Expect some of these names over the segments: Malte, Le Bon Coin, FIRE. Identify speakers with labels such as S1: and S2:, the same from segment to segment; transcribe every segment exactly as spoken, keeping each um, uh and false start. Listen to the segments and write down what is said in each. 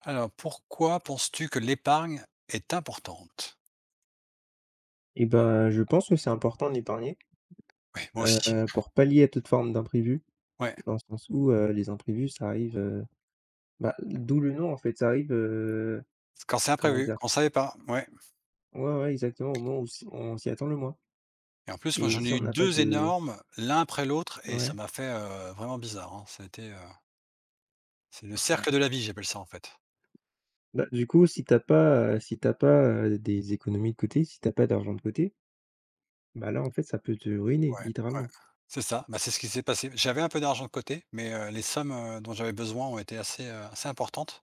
S1: Alors, pourquoi penses-tu que l'épargne est importante?
S2: Et ben, je pense que c'est important d'épargner,
S1: Oui, moi
S2: heu
S1: aussi.
S2: heu, pour pallier à toute forme d'imprévu,
S1: Ouais.
S2: dans le sens où, heu, les imprévus, ça arrive, heu, bah, d'où le nom en fait, ça arrive, heu,
S1: Quand c'est
S2: comment
S1: imprévu,
S2: dire?
S1: quand on savait pas. Ouais.
S2: Ouais, ouais, exactement, au moment où s on s'y attend le moins
S1: Et en plus, moi,
S2: et
S1: j'en ai
S2: si on
S1: eu
S2: n'a pas
S1: deux
S2: de,
S1: énormes, l'un après l'autre et ça
S2: ouais,
S1: m'a fait, heu, vraiment bizarre, hein. Ça a été, heu, c'est le
S2: bah, voilà.
S1: cercle de la vie, j'appelle ça, en fait.
S2: Bah, du coup, si t'as pas, heu, si t'as pas, heu, des économies de côté, si t'as pas d'argent de côté, bah, là, en fait, ça peut te ruiner,
S1: Ouais, ouais.
S2: littéralement.
S1: C'est ça, bah, c'est ce qui s'est passé. J'avais un peu d'argent de côté, mais, heu, les sommes, heu, dont j'avais besoin ont été assez, heu, assez importantes.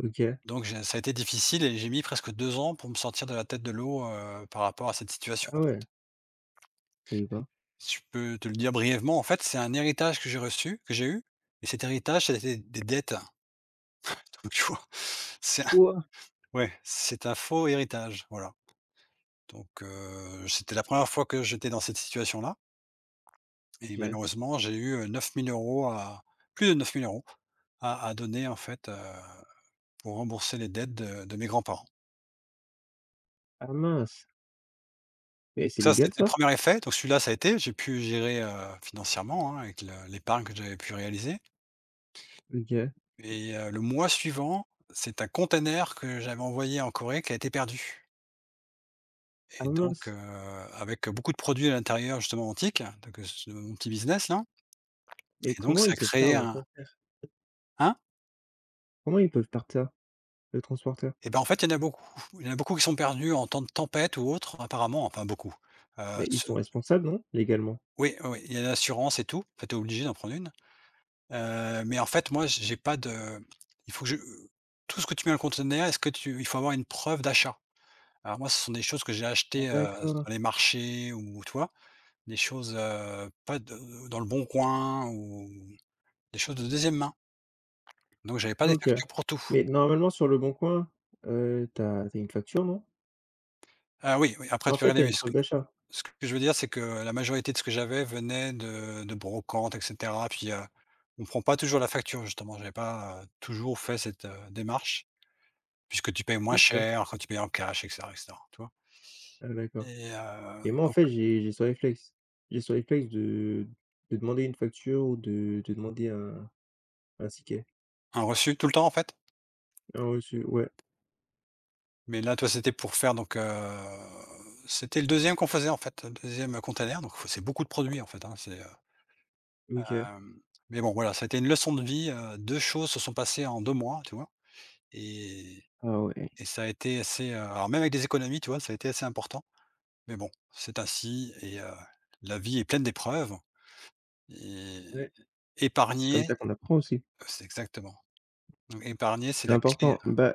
S2: OK.
S1: Donc j'ai ça a été difficile et j'ai mis presque deux ans pour me sortir de la tête de l'eau, heu, par rapport à cette situation.
S2: Ah ouais, et bah.
S1: Si je peux te le dire brièvement, en fait, c'est un héritage que j'ai reçu, que j'ai eu et cet héritage, c'était des dettes. Donc tu vois? C'est un
S2: Ouah!
S1: ouais, c'est un faux héritage, voilà. Donc heu, c'était la première fois que j'étais dans cette situation-là et
S2: OK.
S1: malheureusement, j'ai eu, heu, neuf mille euros à plus de neuf mille euros à à donner en fait, heu, pour rembourser les dettes de de mes grands-parents.
S2: Ah mince! Mais c'est
S1: Ça, c'était
S2: légal
S1: le
S2: ça?
S1: premier effet, donc celui-là, ça a été, j'ai pu gérer, heu, financièrement, hein, avec le l'épargne que j'avais pu réaliser.
S2: OK.
S1: Et heu, le mois suivant, c'est un container que j'avais envoyé en Corée qui a été perdu
S2: Ah
S1: et donc
S2: mince!
S1: heu, avec beaucoup de produits à l'intérieur justement antiques, hein, donc heu, ce mon petit business là
S2: Mais
S1: et donc
S2: comment ils
S1: ça a
S2: peuvent
S1: créé
S2: perdre un
S1: un
S2: conteneur?
S1: hein?
S2: Comment ils peuvent perdre ça, le transporteur?
S1: Et ben, en fait, il y en a beaucoup. Il y en a beaucoup qui sont perdus en temps de tempête ou autre apparemment, enfin beaucoup. Heu,
S2: Mais ils
S1: ce
S2: sont responsables, non, légalement?
S1: oui, oui, oui, il y a l'assurance et tout. En fait, t'es obligé d'en prendre une. Heu, mais en fait, moi, j'ai pas de, il faut que je, tout ce que tu mets dans le conteneur, est-ce que tu, il faut avoir une preuve d'achat. Alors moi, ce sont des choses que j'ai achetées, heu,
S2: D'accord,
S1: sur les marchés ou tu vois? Des choses, heu, pas de dans Le Bon Coin ou des choses de deuxième main. Donc j'avais pas des
S2: OK.
S1: factures pour tout.
S2: Mais normalement sur le bon coin, as t'as as une facture, non?
S1: Ah oui, oui, après
S2: En
S1: tu peux
S2: fait,
S1: regarder,
S2: t'as une
S1: mais ce
S2: preuve
S1: que
S2: d'achat?
S1: ce que je veux dire, c'est que la majorité de ce que j'avais venait de de brocantes et cetera. Puis, heu, on prend pas toujours la facture justement. J'avais pas, heu, toujours fait cette, heu, démarche puisque tu payes moins
S2: OK.
S1: cher quand tu payes en cash et cetera et cetera, tu vois?
S2: Ah d'accord,
S1: Et heu,
S2: et moi, en
S1: donc
S2: fait, j'ai j'ai ce réflexe. J'ai ce réflexe de de demander une facture ou de de demander un un ticket,
S1: un reçu tout le temps en fait?
S2: un reçu, ouais,
S1: Mais là, toi, c'était pour faire donc, heu, c'était le deuxième qu'on faisait en fait, le deuxième e container, donc faut c'est beaucoup de produits en fait, hein, c'est, heu,
S2: OK.
S1: hem, mais bon voilà, ça a été une leçon de vie, heu, deux choses se sont passées en deux mois, tu vois? Et
S2: Ah ouais,
S1: et ça a été assez, heu, alors même avec des économies, tu vois, ça a été assez important. Mais bon, c'est ainsi et heu, la vie est pleine d'épreuves et
S2: ouais, c'est comme
S1: épargner
S2: ça qu'on apprend aussi.
S1: c'est exactement. Donc épargner, c'est
S2: C'est
S1: la clé.
S2: important. Bah,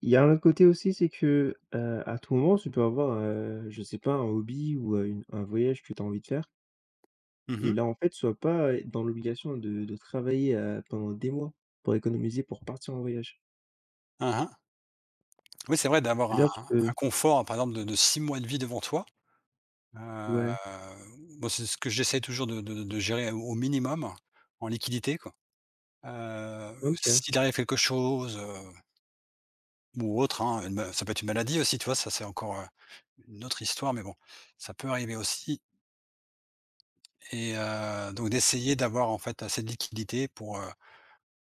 S2: il y a un autre côté aussi, c'est que, heu, à tout moment, tu peux avoir, heu, je sais pas, un hobby ou, heu, une un voyage que tu as envie de faire
S1: Mmh
S2: et
S1: mh.
S2: là, en fait, sois pas, heu, dans l'obligation de de travailler, heu, pendant des mois pour économiser pour partir en voyage.
S1: Mmh. Oui, c'est vrai d'avoir un
S2: C'est-à-dire tu peux,
S1: un confort, par exemple de de six mois de vie devant toi. Heu,
S2: ouais,
S1: bon, c'est ce que j'essaie toujours de de de gérer au au minimum en liquidité, quoi. Heu,
S2: OK,
S1: s'il arrive quelque chose, heu, ou autre, hein, une ma, ça peut être une maladie aussi, tu vois? Ça, c'est encore, heu, une autre histoire, mais bon, ça peut arriver aussi et heu, donc d'essayer d'avoir, en fait, assez de liquidité pour, heu,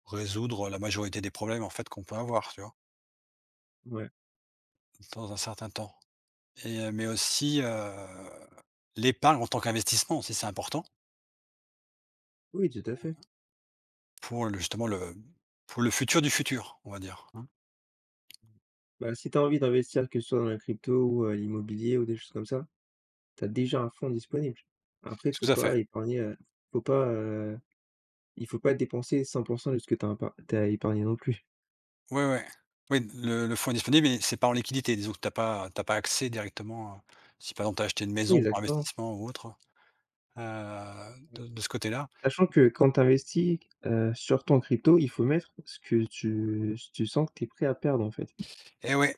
S1: résoudre la majorité des problèmes, en fait, qu'on peut avoir, tu vois?
S2: ouais.
S1: Dans un certain temps et heu, mais aussi, heu, l'épargne en tant qu'investissement aussi, c'est important
S2: Oui, tout à fait.
S1: pour le justement le pour le futur du futur, on va dire, hein.
S2: Bah, si tu as envie d'investir, que ce soit dans la crypto ou, heu, l'immobilier ou des choses comme ça, tu as déjà un fonds disponible. Après, faut
S1: Tout à fait.
S2: pas épargner, heu, faut pas, heu, il faut pas dépenser cent pour cent de ce que tu as épargné non plus.
S1: Ouais, ouais. Oui, le le fonds est disponible, mais c'est pas en liquidité. Disons que tu as pas t'as pas accès directement, heu, si par exemple tu as acheté une
S2: Oui,
S1: maison pour
S2: exactement. Ouais.
S1: investissement ou autre, heu, de de ce côté-là
S2: Sachant que quand tu investis, heu, surtout en crypto, il faut mettre ce que tu ce que tu sens que tu es prêt à perdre, en fait.
S1: et oui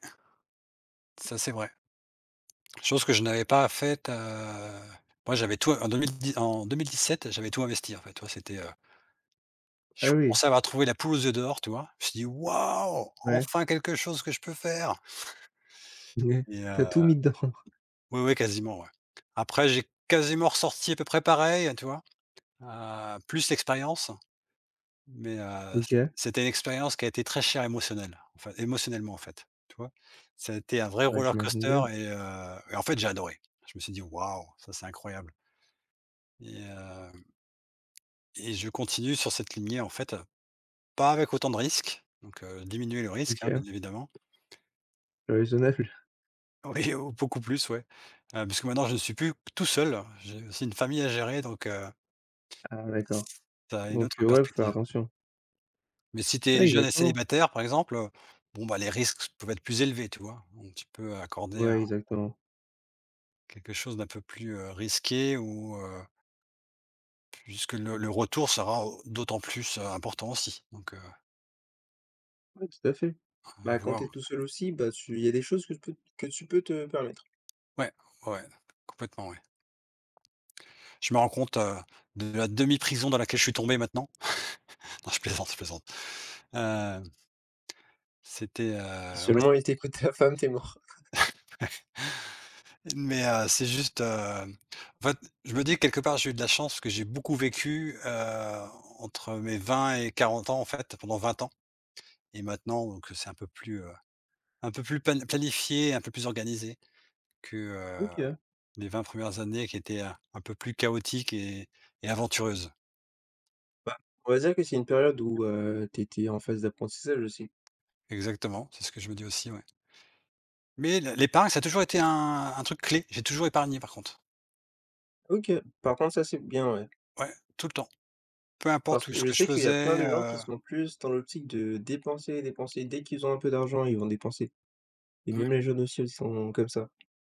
S1: ça c'est vrai. Chose que je n'avais pas faite, heu, moi j'avais tout en deux mille dix en deux mille dix sept j'avais tout investi en fait, tu vois? C'était, heu, je
S2: Ah oui,
S1: pensais avoir trouvé la poule aux yeux d'or, tu vois? Je me suis dit: «Waouh!
S2: ouais,
S1: Enfin quelque chose que je peux faire» et
S2: T'as
S1: heu,
S2: tout mis dedans.
S1: oui, oui, quasiment, ouais. Après j'ai quasiment ressorti à peu près pareil, hein, tu vois? Heu, plus l'expérience. Mais heu, c
S2: OK,
S1: c'était une expérience qui a été très chère émotionnelle, en fait émotionnellement, en fait, tu vois? Ça a été un vrai
S2: bah,
S1: roller
S2: j'imagine
S1: coaster
S2: bien.
S1: et heu et en fait, j'ai adoré. Je me suis dit: «Waouh, ça, c'est incroyable» et heu et je continue sur cette lignée, en fait, pas avec autant de risques, donc heu, diminuer le risque, hein,
S2: OK,
S1: bien évidemment.
S2: raisonnable.
S1: Oui, oh, beaucoup plus, ouais. Euh, parce que maintenant je ne suis plus tout seul, j'ai aussi une famille à gérer, donc heu,
S2: Ah d'accord,
S1: tu as une
S2: donc
S1: autre
S2: heu, ouais, faut faire
S1: perspective.
S2: attention.
S1: Mais si tu
S2: Ouais,
S1: es jeune et
S2: exactement.
S1: célibataire, par exemple, heu, bon, bah, les risques peuvent être plus élevés, tu vois? Donc tu peux accorder un
S2: Ouais, exactement.
S1: quelque chose d'un peu plus, heu, risqué ou, heu, puisque le le retour sera au d'autant plus, heu, important aussi. Donc, heu,
S2: Ouais, tout à fait.
S1: à
S2: Bah, quand t'es
S1: voir.
S2: tout seul aussi, bah, tu il y a des choses que tu peux que tu peux te permettre.
S1: Ouais, ouais, ouais, complètement, ouais. Je me rends compte, heu, de la demi-prison dans laquelle je suis tombé maintenant. Non, je plaisante, je plaisante. Hem, c'était,
S2: Si
S1: heu, ouais.
S2: seulement il t'écoute ta femme, t'es mort.
S1: Mais, heu, c'est juste, heu, en fait, je me dis que quelque part j'ai eu de la chance parce que j'ai beaucoup vécu, heu, entre mes vingt et quarante ans en fait, pendant vingt ans et maintenant donc c'est un peu plus, heu, un peu plus plan planifié, un peu plus organisé que, heu,
S2: OK.
S1: les vingt premières années qui étaient un un peu plus chaotiques et et aventureuses.
S2: On va dire que c'est une période où, heu, tu en phase d'apprentissage aussi.
S1: Exactement, c'est ce que je me dis aussi, ouais. Mais l'é l'épargne ça a toujours été un un truc clé, j'ai toujours épargné par contre.
S2: OK, par contre ça, c'est bien, ouais.
S1: Ouais, tout le temps. Peu
S2: Parce
S1: importe où
S2: que
S1: ce
S2: je
S1: que je
S2: sais qu'il y a plein
S1: faisais,
S2: de gens qui
S1: heu
S2: sont plus dans l'optique de dépenser, dépenser. Dès qu'ils ont un peu d'argent, ils vont dépenser et
S1: mmh.
S2: même les jeunes aussi, ils sont comme ça.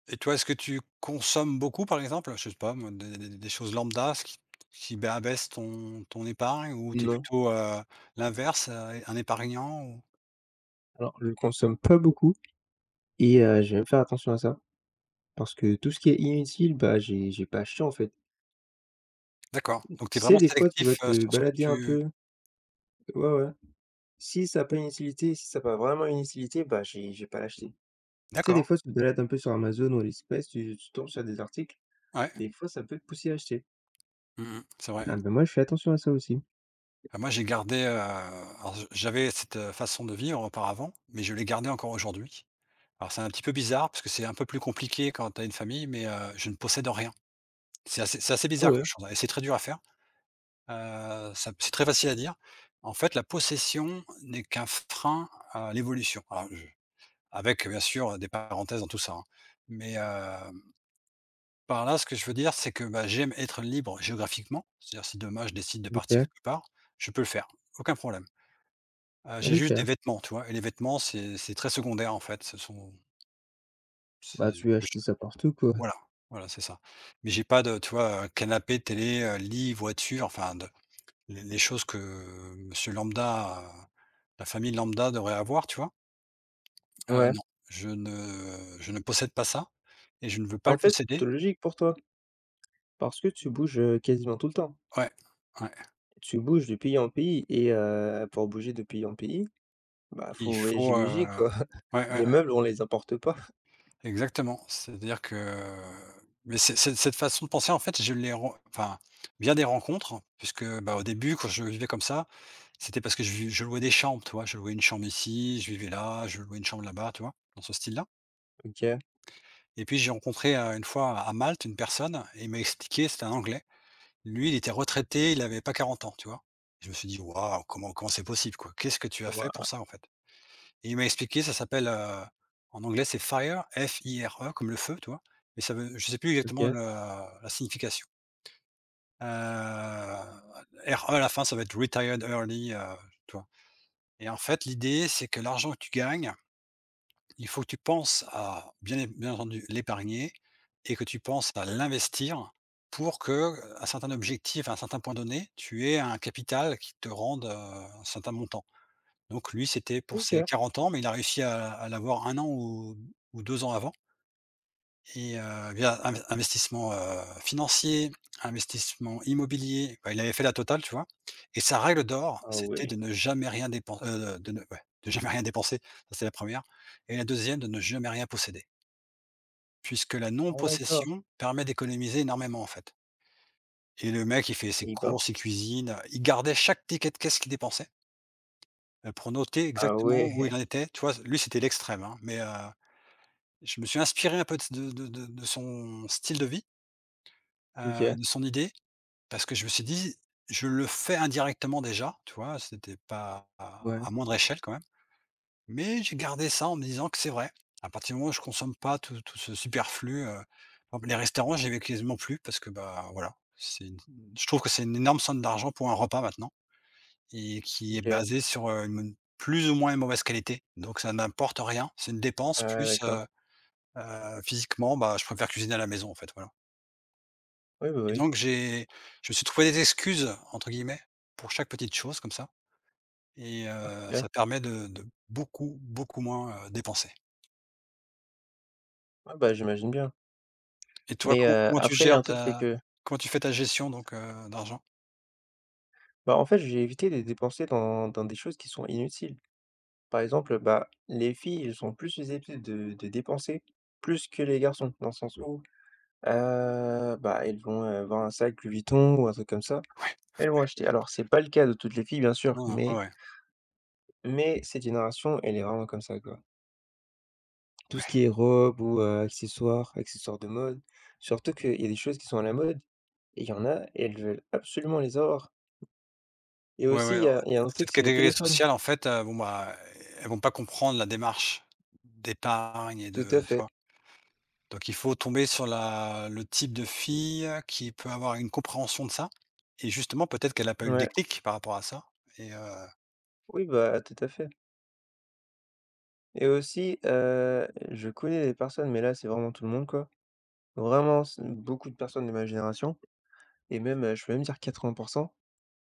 S1: Et toi, est-ce que tu consommes beaucoup, par exemple? Je sais pas moi, des des des choses lambda, ce qui qui ba abaisse ton ton épargne ou tu es
S2: Non,
S1: plutôt, heu, l'inverse, heu, un épargnant ou
S2: alors je consomme pas beaucoup et heu, je vais faire attention à ça parce que tout ce qui est inutile, bah, j'ai j'ai pas acheté, en fait.
S1: d'accord,
S2: Tu
S1: donc tu es
S2: sais,
S1: vraiment
S2: des fois, tu vas
S1: sélectif, heu,
S2: te
S1: sur ce que
S2: balader un
S1: tu
S2: peu, ouais, ouais. Si ça a pas une utilité, si ça a pas vraiment une utilité, bah, j'ai j'ai pas l'acheter. Tu sais, des
S1: d'accord,
S2: fois, tu te balades un peu sur Amazon ou AliExpress, tu tu tombes sur des articles,
S1: ouais,
S2: des fois, ça peut te pousser à acheter.
S1: mmh c'est vrai.
S2: Ah, ben moi, je fais attention à ça aussi.
S1: Bah, moi, j'ai gardé, heu, alors j j'avais cette, heu, façon de vivre auparavant, mais je l'ai gardée encore aujourd'hui. Alors c'est un petit peu bizarre parce que c'est un peu plus compliqué quand tu as une famille, mais heu, je ne possède rien. C'est assez c'est assez
S2: Ah
S1: bizarre
S2: ouais,
S1: comme chose, hein, et c'est très dur à faire. Heu, ça c'est très facile à dire. En fait, la possession n'est qu'un frein à l'évolution. Alors je avec bien sûr des parenthèses dans tout ça, hein. Mais, hem, par là, ce que je veux dire, c'est que, bah, j'aime être libre géographiquement. C'est-à-dire si demain je décide de partir
S2: OK,
S1: quelque part, je peux le faire, aucun problème. Heu, j'ai juste des
S2: OK.
S1: vêtements, tu vois? Et les vêtements, c'est c'est très secondaire en fait. Ce sont
S2: Bah,
S1: c'est
S2: tu as
S1: que je
S2: acheté ça partout, quoi.
S1: voilà, voilà, c'est ça. Mais j'ai pas de, tu vois, heu, canapé, télé, heu, lit, voiture, enfin Les les choses que euh, monsieur lambda, heu, la famille lambda devrait avoir, tu vois? Heu,
S2: Ouais,
S1: non, je ne je ne possède pas ça et je ne veux pas
S2: en
S1: le
S2: fait, c'est
S1: posséder.
S2: plutôt logique pour toi, parce que tu bouges, heu, quasiment tout le temps.
S1: Ouais, ouais,
S2: Tu bouges de pays en pays et heu, pour bouger de pays en pays, bah,
S1: il
S2: faut voyager
S1: faut,
S2: léger,
S1: heu
S2: quoi.
S1: ouais, ouais,
S2: Les
S1: ouais,
S2: meubles, on les importe pas.
S1: exactement. C'est-à-dire que mais c'est c'est cette façon de penser, en fait, je l'ai ren enfin, via des rencontres, puisque, bah, au début, quand je vivais comme ça, c'était parce que je vi je louais des chambres, tu vois? Je louais une chambre ici, je vivais là, je louais une chambre là-bas, tu vois? Dans ce style-là.
S2: OK.
S1: Et puis j'ai rencontré, heu, une fois à Malte une personne et il m'a expliqué, c'était un Anglais. Lui, il était retraité, il avait pas quarante ans, tu vois? Je me suis dit: «Waouh, comment comment c'est possible, quoi? Qu'est-ce que tu as fait pour
S2: Waouh!
S1: ça, en fait?» et il m'a expliqué, ça s'appelle, heu, en anglais, c'est FIRE, F I R E, comme le feu, tu vois? Mais ça veut je sais plus exactement
S2: OK.
S1: le la signification. R E à la fin, ça va être retired early, heu, tu vois? Et en fait, l'idée, c'est que l'argent que tu gagnes. Il faut que tu penses à, bien bien entendu, l'épargner et que tu penses à l'investir pour que, euh, à un certain objectif, à un certain point donné, tu aies un capital qui te rende, heu, un certain montant. Donc lui, c'était pour ses
S2: OK.
S1: quarante ans, mais il a réussi à à l'avoir un an ou ou deux ans avant. Et heu, via inves investissement, heu, financier, investissement immobilier, enfin, il avait fait la totale, tu vois? Et sa règle d'or,
S2: Ah
S1: c'était
S2: ouais.
S1: de ne jamais rien dépenser, de ne ouais, de jamais rien dépenser, ça c'est la première. Et la deuxième, de ne jamais rien posséder. Puisque la
S2: Ah d'accord.
S1: non-possession permet d'économiser énormément, en fait. Et le mec, il fait ses
S2: Eh ben.
S1: courses, il cuisine, il gardait chaque ticket de caisse qu'il dépensait, heu, pour noter
S2: Ah
S1: exactement où
S2: ouais.
S1: il en était, tu vois? Lui, c'était l'extrême, hein, mais heu, je me suis inspiré un peu de de de de son style de vie, heu,
S2: OK.
S1: de son idée. Parce que je me suis dit: «Je le fais indirectement déjà», tu vois? C'était pas à
S2: Ouais.
S1: à moindre échelle quand même, mais j'ai gardé ça en me disant que c'est vrai. À partir du moment où je consomme pas tout tout ce superflu, heu, par exemple les restaurants, j'y vais quasiment plus parce que, bah, voilà, c'est une je trouve que c'est une énorme somme d'argent pour un repas maintenant et qui est
S2: OK.
S1: basée sur, heu, une plus ou moins une mauvaise qualité, donc ça n'importe rien. C'est une dépense
S2: Ah ouais,
S1: plus,
S2: d'accord.
S1: heu heu, physiquement, bah, je préfère cuisiner à la maison en fait, voilà.
S2: Oui, oui,
S1: Et
S2: oui.
S1: donc j'ai je me suis trouvé «des excuses» entre guillemets pour chaque petite chose comme ça, et
S2: OK.
S1: heu, ça permet de de beaucoup, beaucoup moins, heu, dépenser.
S2: Ouais, bah, j'imagine bien.
S1: Et toi,
S2: Mais,
S1: comment
S2: heu,
S1: comment tu
S2: après, il y a
S1: gères
S2: un truc, c'est
S1: ta
S2: que,
S1: comment tu fais ta gestion donc heu, d'argent?
S2: bah, en fait, j'ai évité de dépenser dans dans des choses qui sont inutiles. Par exemple, bah, les filles, elles sont plus susceptibles de de dépenser, plus que les garçons, dans le sens où, heu, bah, elles vont, heu, voir un sac Louis Vuitton ou un truc comme ça,
S1: Ouais.
S2: elles vont acheter. Alors c'est pas le cas de toutes les filles, bien sûr,
S1: Non, non,
S2: mais
S1: ouais,
S2: mais cette génération, elle est vraiment comme ça, quoi. Tout ce
S1: ouais.
S2: qui est robe ou, heu, accessoires, accessoires de mode, surtout qu'il y a des choses qui sont à la mode et il y en a, elles veulent absolument les avoir et
S1: Ouais,
S2: aussi
S1: ouais,
S2: il y
S1: alors,
S2: a il y a un truc,
S1: cette
S2: c'est les
S1: catégorie
S2: téléphones.
S1: sociale en fait, heu, bon bah, elles vont pas comprendre la démarche d'épargne et
S2: Tout à
S1: de, tu
S2: fait,
S1: vois? Donc il faut tomber sur la le type de fille qui peut avoir une compréhension de ça, et justement peut-être qu'elle a pas eu le
S2: ouais.
S1: déclic par rapport à ça et heu
S2: Oui, bah, tout à fait. Et aussi, heu, je connais des personnes, mais là, c'est vraiment tout le monde, quoi. Vraiment s beaucoup de personnes de ma génération et même, heu, je peux même dire quatre-vingts pour cent.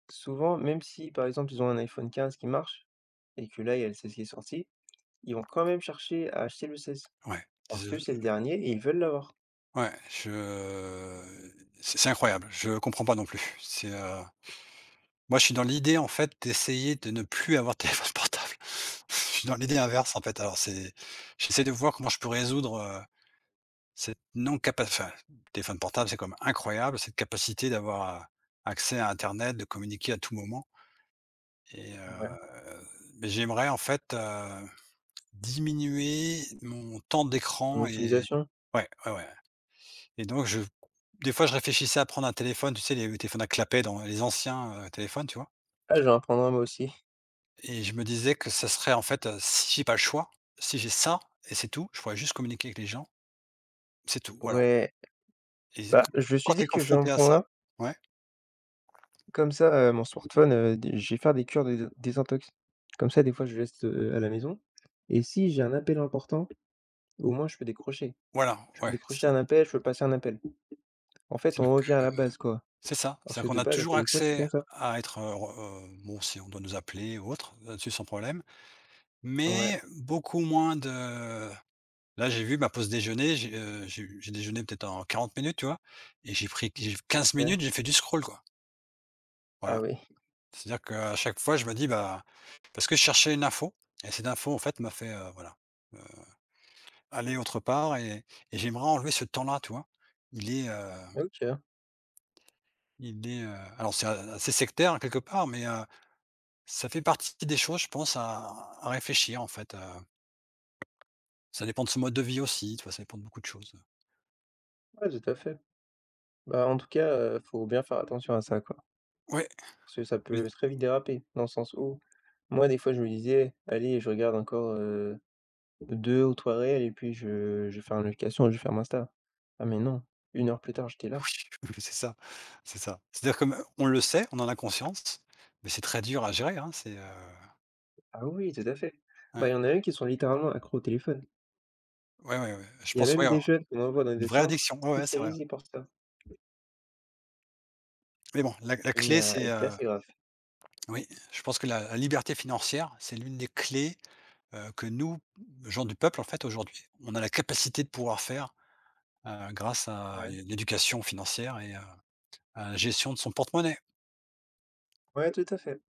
S2: Souvent, même si, par exemple, ils ont un iPhone quinze qui marche et que là, il y a le seize qui est sorti, ils vont quand même chercher à acheter le seize
S1: ouais,
S2: parce que
S1: je
S2: c'est le dernier et ils veulent l'avoir.
S1: ouais, je c'est c'est incroyable, je comprends pas non plus. C'est, heu, moi, je suis dans l'idée, en fait, d'essayer de ne plus avoir de téléphone portable. Je suis dans l'idée inverse, en fait, alors c'est j'essaie de voir comment je peux résoudre, heu, cette non capacité enfin, téléphone portable, c'est comme incroyable, cette capacité d'avoir, heu, accès à internet, de communiquer à tout moment. Et
S2: Ouais,
S1: heu, beh, j'aimerais en fait, heu, diminuer mon temps
S2: en
S1: d'écran. Et
S2: utilisation.
S1: ouais, ouais, ouais, et donc je des fois je réfléchissais à prendre un téléphone, tu sais les téléphones à clapet dans les anciens, heu, téléphones, tu vois?
S2: Ah, je vais en prendre un moi aussi.
S1: Et je me disais que ça serait en fait, heu, si j'ai pas le choix, si j'ai ça et c'est tout, je pourrais juste communiquer avec les gens, c'est tout, voilà.
S2: Ouais,
S1: Et c'est
S2: bah, je me suis
S1: quand tu es
S2: dit que je vais en
S1: confronté à
S2: prendre
S1: ça,
S2: un,
S1: ouais,
S2: comme ça, heu, mon smartphone, heu, d je vais faire des cures de désin désintox. Comme ça, des fois, je reste à la maison et si j'ai un appel important, au moins, je peux décrocher.
S1: voilà,
S2: Je peux
S1: ouais,
S2: décrocher
S1: c'est
S2: un appel, je peux passer un appel. En fait,
S1: c'est
S2: on revient à la base, quoi.
S1: c'est ça,
S2: Parce que
S1: c'est-à-dire qu'on
S2: de
S1: a
S2: base, un
S1: toujours
S2: téléphone, c'est
S1: accès
S2: pour ça.
S1: à être, heu, re heu, bon si on doit nous appeler ou autre, là-dessus sans problème.
S2: Ouais,
S1: Mais beaucoup moins de, là, j'ai vu ma pause déjeuner, j'ai, heu, j'ai j'ai déjeuné peut-être en quarante minutes, tu vois? Et j'ai pris j'ai quinze
S2: OK.
S1: minutes, j'ai fait du scroll, quoi.
S2: Ah
S1: Voilà.
S2: oui.
S1: C'est-à-dire qu'à chaque fois, je me dis, bah, parce que je cherchais une info, et cette info, en fait, m'a fait, heu, voilà, heu, aller autre part. et et j'aimerais enlever ce temps-là, tu vois? Il est, heu,
S2: OK.
S1: il est, heu, alors c'est a assez sectaire hein, quelque part, mais, heu, ça fait partie des choses, je pense, à à réfléchir, en fait, heu. Ça dépend de son mode de vie aussi, tu vois? Ça dépend de beaucoup de choses.
S2: Ouais, tout à fait. Bah, en tout cas, heu, faut bien faire attention à ça, quoi.
S1: Ouais,
S2: Parce que ça peut très vite déraper, dans le sens où, moi, des fois, je me disais: «Allez, je regarde encore, heu, deux ou trois réels et puis je je ferme l'application, je ferme Insta». Ah mais non, une heure plus tard, j'étais là.
S1: c'est ça, c'est ça. C'est-à-dire que heu, on le sait, on en a conscience, mais c'est très dur à gérer, hein, c'est, heu,
S2: Ah oui, tout à fait. Bah,
S1: ouais,
S2: il y en a même qui sont littéralement accros au téléphone.
S1: ouais, ouais, ouais, je
S2: Il y a
S1: pense,
S2: même
S1: ouais,
S2: des
S1: avoir
S2: jeunes qu'on envoie dans
S1: une
S2: des
S1: vraie
S2: centres
S1: addiction, ouais, ouais, c'est vrai.
S2: spécialisés pour ça.
S1: Mais bon, la la
S2: Et
S1: clé,
S2: heu
S1: c'est,
S2: et tu vois,
S1: heu,
S2: c'est grave.
S1: oui, je pense que la la liberté financière, c'est l'une des clés, heu, que nous, gens du peuple, en fait, aujourd'hui, on a la capacité de pouvoir faire, heu, grâce à
S2: Ouais.
S1: une éducation financière et heu, à la gestion de son porte-monnaie.
S2: Ouais, tout à fait.